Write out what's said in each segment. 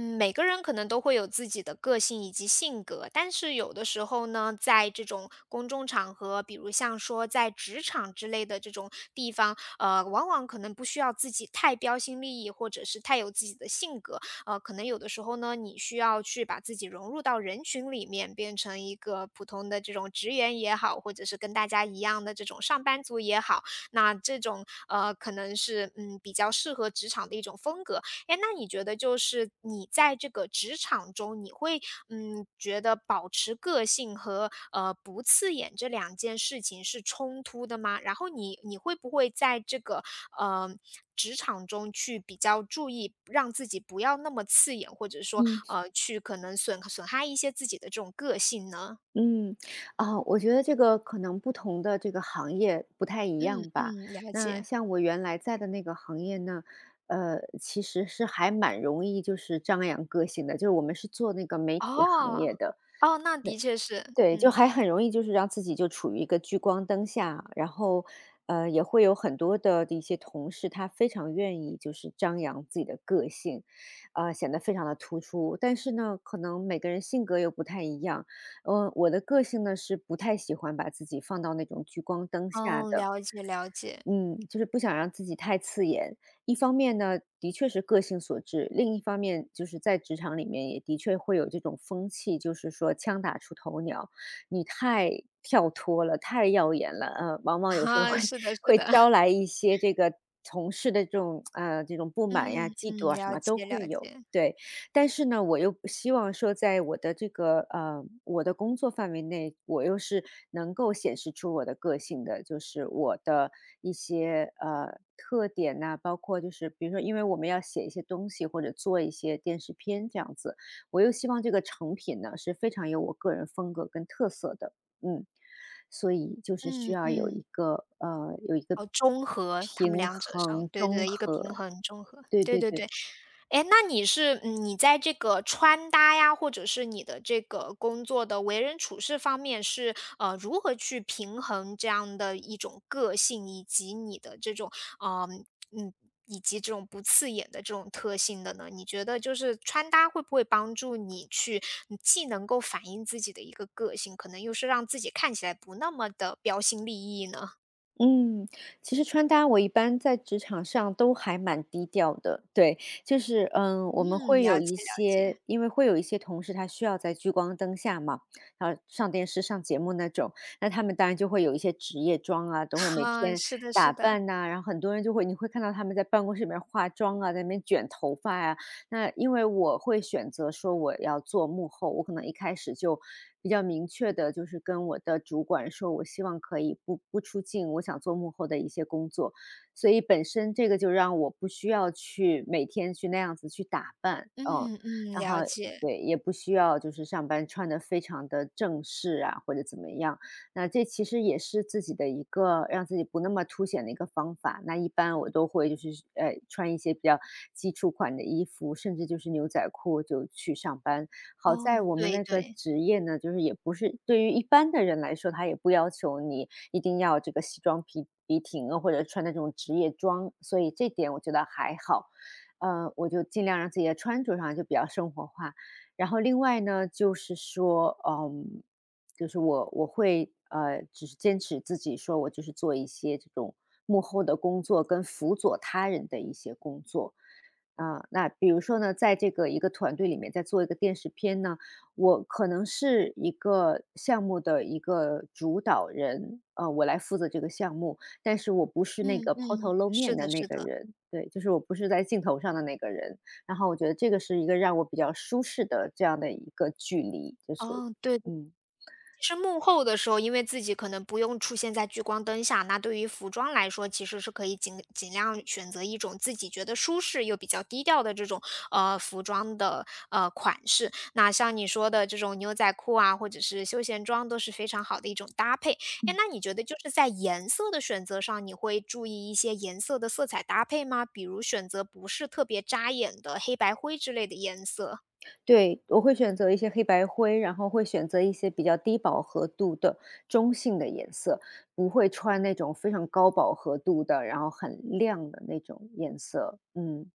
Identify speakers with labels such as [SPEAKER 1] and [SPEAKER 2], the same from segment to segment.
[SPEAKER 1] 嗯，每个人可能都会有自己的个性以及性格，但是有的时候呢，在这种公众场合，比如像说在职场之类的这种地方，往往可能不需要自己太标新立异，或者是太有自己的性格，可能有的时候呢，你需要去把自己融入到人群里面，变成一个普通的这种职员也好，或者是跟大家一样的这种上班族也好，那这种可能是比较适合职场的一种风格。哎，那你觉得就是你在这个职场中，你会觉得保持个性和不刺眼这两件事情是冲突的吗？然后你会不会在这个呃职场中去比较注意，让自己不要那么刺眼，或者说
[SPEAKER 2] 嗯
[SPEAKER 1] 去可能损害一些自己的这种个性呢？
[SPEAKER 2] 嗯，我觉得这个可能不同的这个行业不太一
[SPEAKER 1] 嗯
[SPEAKER 2] 样吧。
[SPEAKER 1] 嗯，了
[SPEAKER 2] 那
[SPEAKER 1] 解。
[SPEAKER 2] 像我原来在的那个行业呢，其实是还蛮容易就是张扬个性的，就是我们是做那个媒体行
[SPEAKER 1] 哦
[SPEAKER 2] 业的，
[SPEAKER 1] 哦，那的确是，
[SPEAKER 2] 对，就
[SPEAKER 1] 嗯。
[SPEAKER 2] 还很容易就是让自己就处于一个聚光灯下，然后，也会有很多的一些同事，他非常愿意就是张扬自己的个性，显得非常的突出。但是呢，可能每个人性格又不太一样，嗯、我的个性呢是不太喜欢把自己放到那种聚光灯下
[SPEAKER 1] 哦，
[SPEAKER 2] 的，
[SPEAKER 1] 了解了解。
[SPEAKER 2] 嗯，就是不想让自己太刺眼。一方面呢，的确是个性所致；另一方面，就是在职场里面也的确会有这种风气，就是说枪打出头鸟，你太跳脱了，太耀眼了，往 往有时候
[SPEAKER 1] 哈、
[SPEAKER 2] 会
[SPEAKER 1] 是的，是
[SPEAKER 2] 会
[SPEAKER 1] 的。
[SPEAKER 2] 招来一些这个同事的这种这种不满呀、
[SPEAKER 1] 嗯
[SPEAKER 2] 嫉
[SPEAKER 1] 嗯，
[SPEAKER 2] 妒啊，什
[SPEAKER 1] 了
[SPEAKER 2] 么都
[SPEAKER 1] 解了
[SPEAKER 2] 会有。
[SPEAKER 1] 解。
[SPEAKER 2] 对，但是呢，我又希望说，在我的这个我的工作范围内，我又是能够显示出我的个性的，就是我的一些特点呐、包括就是比如说，因为我们要写一些东西或者做一些电视片这样子，我又希望这个成品呢是非常有我个人风格跟特色的，嗯，所以就是需
[SPEAKER 1] 嗯
[SPEAKER 2] 要有一
[SPEAKER 1] 嗯，
[SPEAKER 2] 个有一个
[SPEAKER 1] 哦，中和，他们
[SPEAKER 2] 平
[SPEAKER 1] 两者上，
[SPEAKER 2] 衡
[SPEAKER 1] 对
[SPEAKER 2] 中
[SPEAKER 1] 对，一个平
[SPEAKER 2] 和，
[SPEAKER 1] 衡中和，
[SPEAKER 2] 对
[SPEAKER 1] 对
[SPEAKER 2] 对
[SPEAKER 1] 对对。
[SPEAKER 2] 对，
[SPEAKER 1] 哎诶，那你是你在这个穿搭呀，或者是你的这个工作的为人处事方面是，如何去平衡这样的一种个性，以及你的这种，呃，嗯，以及这种不刺眼的这种特性的呢？你觉得就是穿搭会不会帮助你去，既能够反映自己的一个个性，可能又是让自己看起来不那么的标新立异呢？
[SPEAKER 2] 嗯，其实穿搭我一般在职场上都还蛮低调的，对，就是嗯，我们
[SPEAKER 1] 嗯，
[SPEAKER 2] 会
[SPEAKER 1] 了
[SPEAKER 2] 有
[SPEAKER 1] 解
[SPEAKER 2] 一
[SPEAKER 1] 了
[SPEAKER 2] 些，
[SPEAKER 1] 解。
[SPEAKER 2] 因为会有一些同事他需要在聚光灯下嘛，然后上电视、上节目那种，那他们当然就会有一些职业装啊，都会 每
[SPEAKER 1] 啊，
[SPEAKER 2] 天
[SPEAKER 1] 是的是
[SPEAKER 2] 打
[SPEAKER 1] 的。
[SPEAKER 2] 扮呐、然后很多人就会，你会看到他们在办公室里面化妆啊，在那边卷头发呀、那因为我会选择说我要做幕后，我可能一开始就比较明确的，就是跟我的主管说，我希望可以不出镜，我想做幕后的一些工作。所以本身这个就让我不需要去每天去那样子去打扮，嗯，
[SPEAKER 1] 嗯嗯，
[SPEAKER 2] 然后
[SPEAKER 1] 了解。
[SPEAKER 2] 对，也不需要就是上班穿的非常的正式啊，或者怎么样。那这其实也是自己的一个让自己不那么凸显的一个方法。那一般我都会就是穿一些比较基础款的衣服，甚至就是牛仔裤就去上班。好
[SPEAKER 1] 哦，
[SPEAKER 2] 在我们
[SPEAKER 1] 对
[SPEAKER 2] 那个
[SPEAKER 1] 对。
[SPEAKER 2] 职业呢，就是也不是对于一般的人来说，他也不要求你一定要这个西装笔挺啊，或者穿那种职业装，所以这点我觉得还好。我就尽量让自己的穿着上就比较生活化。然后另外呢，就是说，嗯。就是我会只是坚持自己说，我就是做一些这种幕后的工作跟辅佐他人的一些工作啊、那比如说呢，在这个一个团队里面，在做一个电视片呢，我可能是一个项目的一个主导人，我来负责这个项目，但是我不是那
[SPEAKER 1] 嗯
[SPEAKER 2] 个抛头
[SPEAKER 1] 嗯，
[SPEAKER 2] 露
[SPEAKER 1] 是
[SPEAKER 2] 面的
[SPEAKER 1] 的
[SPEAKER 2] 那
[SPEAKER 1] 是
[SPEAKER 2] 个
[SPEAKER 1] 的。
[SPEAKER 2] 人，对，就是我不是在镜头上的那个人。然后我觉得这个是一个让我比较舒适的这样的一个距离，就是
[SPEAKER 1] 哦，对的。
[SPEAKER 2] 嗯。
[SPEAKER 1] 其实幕后的时候，因为自己可能不用出现在聚光灯下，那对于服装来说，其实是可以尽量选择一种自己觉得舒适又比较低调的这种，服装的，款式。那像你说的这种牛仔裤啊，或者是休闲装都是非常好的一种搭配。哎，那你觉得就是在颜色的选择上，你会注意一些颜色的色彩搭配吗？比如选择不是特别扎眼的黑白灰之类的颜色。
[SPEAKER 2] 对，我会选择一些黑白灰，然后会选择一些比较低饱和度的中性的颜色，不会穿那种非常高饱和度的，然后很亮的那种颜色，嗯。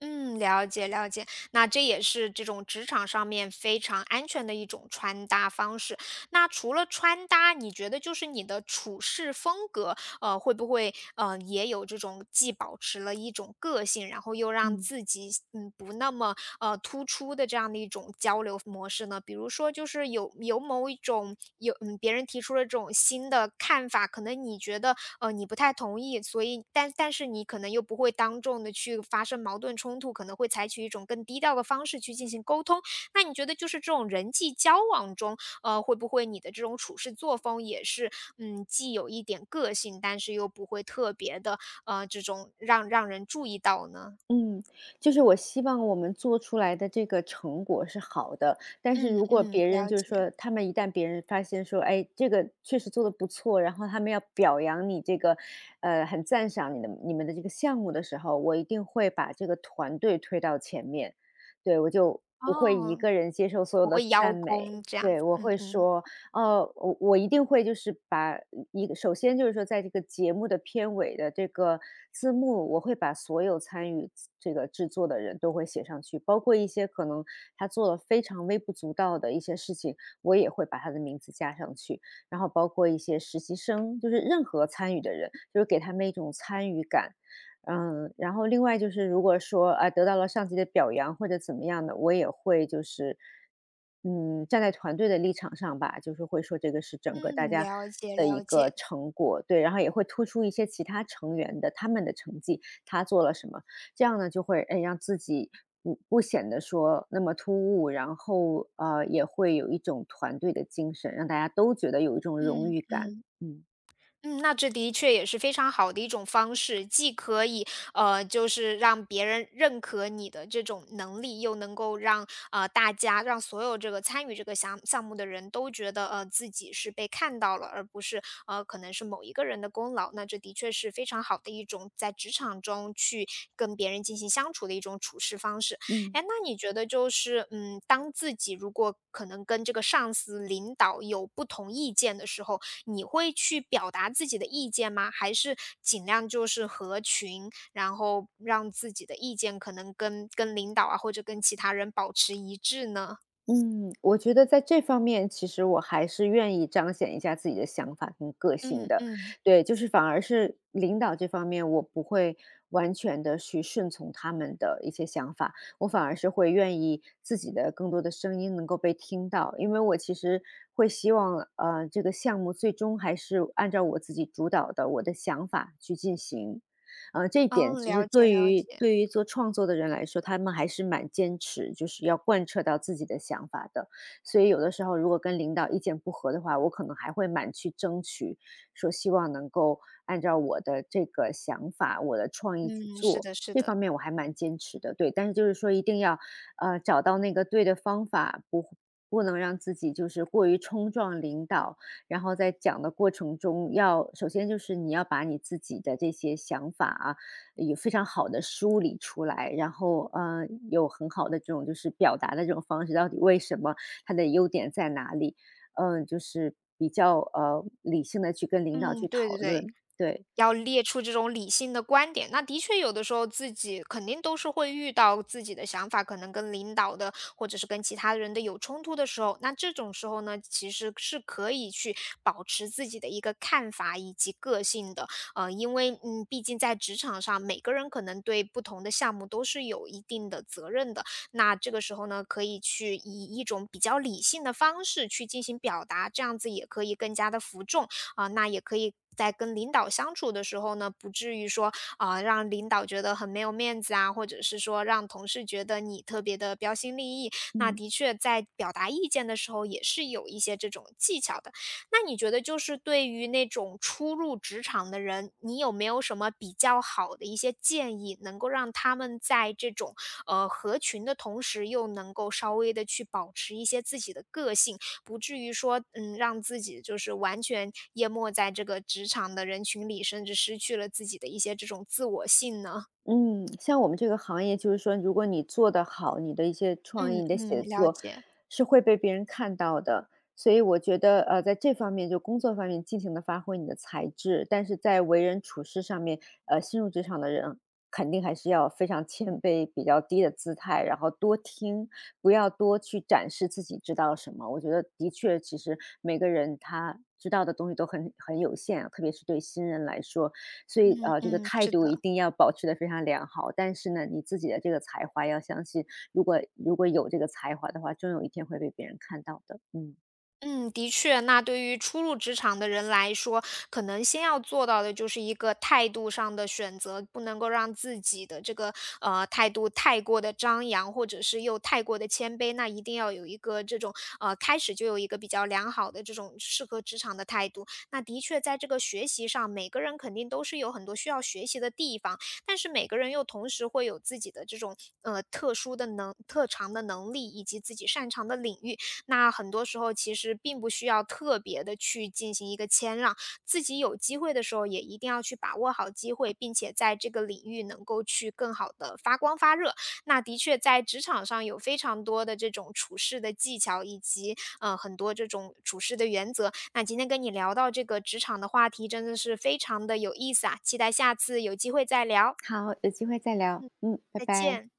[SPEAKER 1] 嗯，了解了解。那这也是这种职场上面非常安全的一种穿搭方式。那除了穿搭，你觉得就是你的处事风格，会不会也有这种既保持了一种个性，然后又让
[SPEAKER 2] 嗯。
[SPEAKER 1] 自己不那么突出的这样的一种交流模式呢？比如说，就是有某一种有别人提出了这种新的看法，可能你觉得你不太同意，所以但是你可能又不会当众的去发生矛盾冲突，可能会采取一种更低调的方式去进行沟通。那你觉得就是这种人际交往中，会不会你的这种处事作风也是，嗯，既有一点个性，但是又不会特别的，这种让人注意到呢？
[SPEAKER 2] 嗯，就是我希望我们做出来的这个成果是好的，但是
[SPEAKER 1] 嗯
[SPEAKER 2] 如果
[SPEAKER 1] 嗯，
[SPEAKER 2] 别人
[SPEAKER 1] 了
[SPEAKER 2] 就是
[SPEAKER 1] 解。
[SPEAKER 2] 说，他们一旦别人发现说，哎，这个确实做的不错，然后他们要表扬你这个，很赞赏你们的这个项目的时候，我一定会把这个团队推到前面，对，我就不会一
[SPEAKER 1] 哦，
[SPEAKER 2] 个人接受所有
[SPEAKER 1] 不
[SPEAKER 2] 的
[SPEAKER 1] 会邀
[SPEAKER 2] 赞美，
[SPEAKER 1] 功这样
[SPEAKER 2] 对，
[SPEAKER 1] 子，
[SPEAKER 2] 我
[SPEAKER 1] 嗯
[SPEAKER 2] 会
[SPEAKER 1] 嗯。
[SPEAKER 2] 说，我一定会就是把一个首先就是说在这个节目的片尾的这个字幕，我会把所有参与这个制作的人都会写上去，包括一些可能他做了非常微不足道的一些事情，我也会把他的名字加上去。然后包括一些实习生，就是任何参与的人，就是给他们一种参与感，嗯，然后另外就是如果说，啊，得到了上级的表扬或者怎么样的，我也会就是，嗯，站在团队的立场上吧，就是会说这个是整个大
[SPEAKER 1] 嗯，
[SPEAKER 2] 家
[SPEAKER 1] 了解
[SPEAKER 2] 的一
[SPEAKER 1] 了
[SPEAKER 2] 个
[SPEAKER 1] 解。
[SPEAKER 2] 成果，对，然后也会突出一些其他成员的他们的成绩，他做了什么，这样呢就会，哎，让自己不显得说那么突兀，然后，也会有一种团队的精神，让大家都觉得有一种荣
[SPEAKER 1] 嗯
[SPEAKER 2] 誉感，
[SPEAKER 1] 嗯。
[SPEAKER 2] 嗯。
[SPEAKER 1] 嗯，那这的确也是非常好的一种方式，既可以就是让别人认可你的这种能力，又能够让大家让所有这个参与这个项目的人都觉得自己是被看到了，而不是可能是某一个人的功劳。那这的确是非常好的一种在职场中去跟别人进行相处的一种处事方式。
[SPEAKER 2] 嗯。
[SPEAKER 1] 哎，那你觉得就是嗯，当自己如果可能跟这个上司、领导有不同意见的时候，你会去表达自己的意见吗？还是尽量就是合群，然后让自己的意见可能跟领导啊，或者跟其他人保持一致呢？
[SPEAKER 2] 嗯，我觉得在这方面，其实我还是愿意彰显一下自己的想法跟个
[SPEAKER 1] 嗯
[SPEAKER 2] 性的。
[SPEAKER 1] 嗯，
[SPEAKER 2] 对，就是反而是领导这方面，我不会完全的去顺从他们的一些想法，我反而是会愿意自己的更多的声音能够被听到。因为我其实会希望，这个项目最终还是按照我自己主导的我的想法去进行。这一点
[SPEAKER 1] 哦，
[SPEAKER 2] 其实
[SPEAKER 1] 了解
[SPEAKER 2] 对
[SPEAKER 1] 了
[SPEAKER 2] 于
[SPEAKER 1] 解。
[SPEAKER 2] 对于做创作的人来说，他们还是蛮坚持，就是要贯彻到自己的想法的。所以有的时候如果跟领导意见不合的话，我可能还会蛮去争取，说希望能够按照我的这个想法、我的创意去
[SPEAKER 1] 嗯，是
[SPEAKER 2] 做。
[SPEAKER 1] 的是
[SPEAKER 2] 这方
[SPEAKER 1] 的。
[SPEAKER 2] 面我还蛮坚持的，对。但是就是说一定要，找到那个对的方法，不能让自己就是过于冲撞领导，然后在讲的过程中要首先就是你要把你自己的这些想法啊，有非常好的梳理出来，然后，嗯，有很好的这种就是表达的这种方式，到底为什么，它的优点在哪里？嗯，就是比较，理性的去跟领导
[SPEAKER 1] 嗯，
[SPEAKER 2] 去
[SPEAKER 1] 对
[SPEAKER 2] 讨
[SPEAKER 1] 对对。
[SPEAKER 2] 论，对，
[SPEAKER 1] 要列出这种理性的观点，那的确有的时候自己肯定都是会遇到自己的想法，可能跟领导的或者是跟其他人的有冲突的时候，那这种时候呢，其实是可以去保持自己的一个看法以及个性的，因为嗯，毕竟在职场上，每个人可能对不同的项目都是有一定的责任的，那这个时候呢，可以去以一种比较理性的方式去进行表达，这样子也可以更加的服众。啊，那也可以在跟领导相处的时候呢，不至于说啊，让领导觉得很没有面子啊，或者是说让同事觉得你特别的标新立异。那
[SPEAKER 2] 嗯。
[SPEAKER 1] 的确在表达意见的时候，也是有一些这种技巧的。那你觉得就是对于那种初入职场的人，你有没有什么比较好的一些建议，能够让他们在这种合群的同时，又能够稍微的去保持一些自己的个性？不至于说，嗯，让自己就是完全淹没在这个职场的人群里，甚至失去了自己的一些这种自我性呢？
[SPEAKER 2] 嗯，像我们这个行业，就是说，如果你做得好，你的一些创
[SPEAKER 1] 嗯
[SPEAKER 2] 意、你的
[SPEAKER 1] 嗯，
[SPEAKER 2] 写
[SPEAKER 1] 了
[SPEAKER 2] 作
[SPEAKER 1] 解。
[SPEAKER 2] 是会被别人看到的。所以我觉得，在这方面，就工作方面尽情的发挥你的才智，但是在为人处事上面，新入职场的人肯定还是要非常谦卑、比较低的姿态，然后多听，不要多去展示自己知道什么。我觉得的确，其实每个人他知道的东西都很有限啊特别是对新人来说，所以，
[SPEAKER 1] 嗯
[SPEAKER 2] 这个
[SPEAKER 1] 嗯，
[SPEAKER 2] 态
[SPEAKER 1] 是
[SPEAKER 2] 度一
[SPEAKER 1] 的。
[SPEAKER 2] 定要保持的非常良好，但是呢，你自己的这个才华要相信，如果有这个才华的话，终有一天会被别人看到的。嗯，
[SPEAKER 1] 嗯，的确，那对于初入职场的人来说，可能先要做到的就是一个态度上的选择，不能够让自己的这个态度太过的张扬，或者是又太过的谦卑。那一定要有一个这种开始就有一个比较良好的这种适合职场的态度。那的确，在这个学习上，每个人肯定都是有很多需要学习的地方，但是每个人又同时会有自己的这种特殊的特长的能力以及自己擅长的领域。那很多时候其实并不需要特别的去进行一个谦让，自己有机会的时候也一定要去把握好机会，并且在这个领域能够去更好的发光发热。那的确在职场上有非常多的这种处事的技巧，以及，很多这种处事的原则。那今天跟你聊到这个职场的话题真的是非常的有意思啊，期待下次有机会再聊，
[SPEAKER 2] 好，有机会再聊。嗯，拜
[SPEAKER 1] 再
[SPEAKER 2] 拜。
[SPEAKER 1] 见。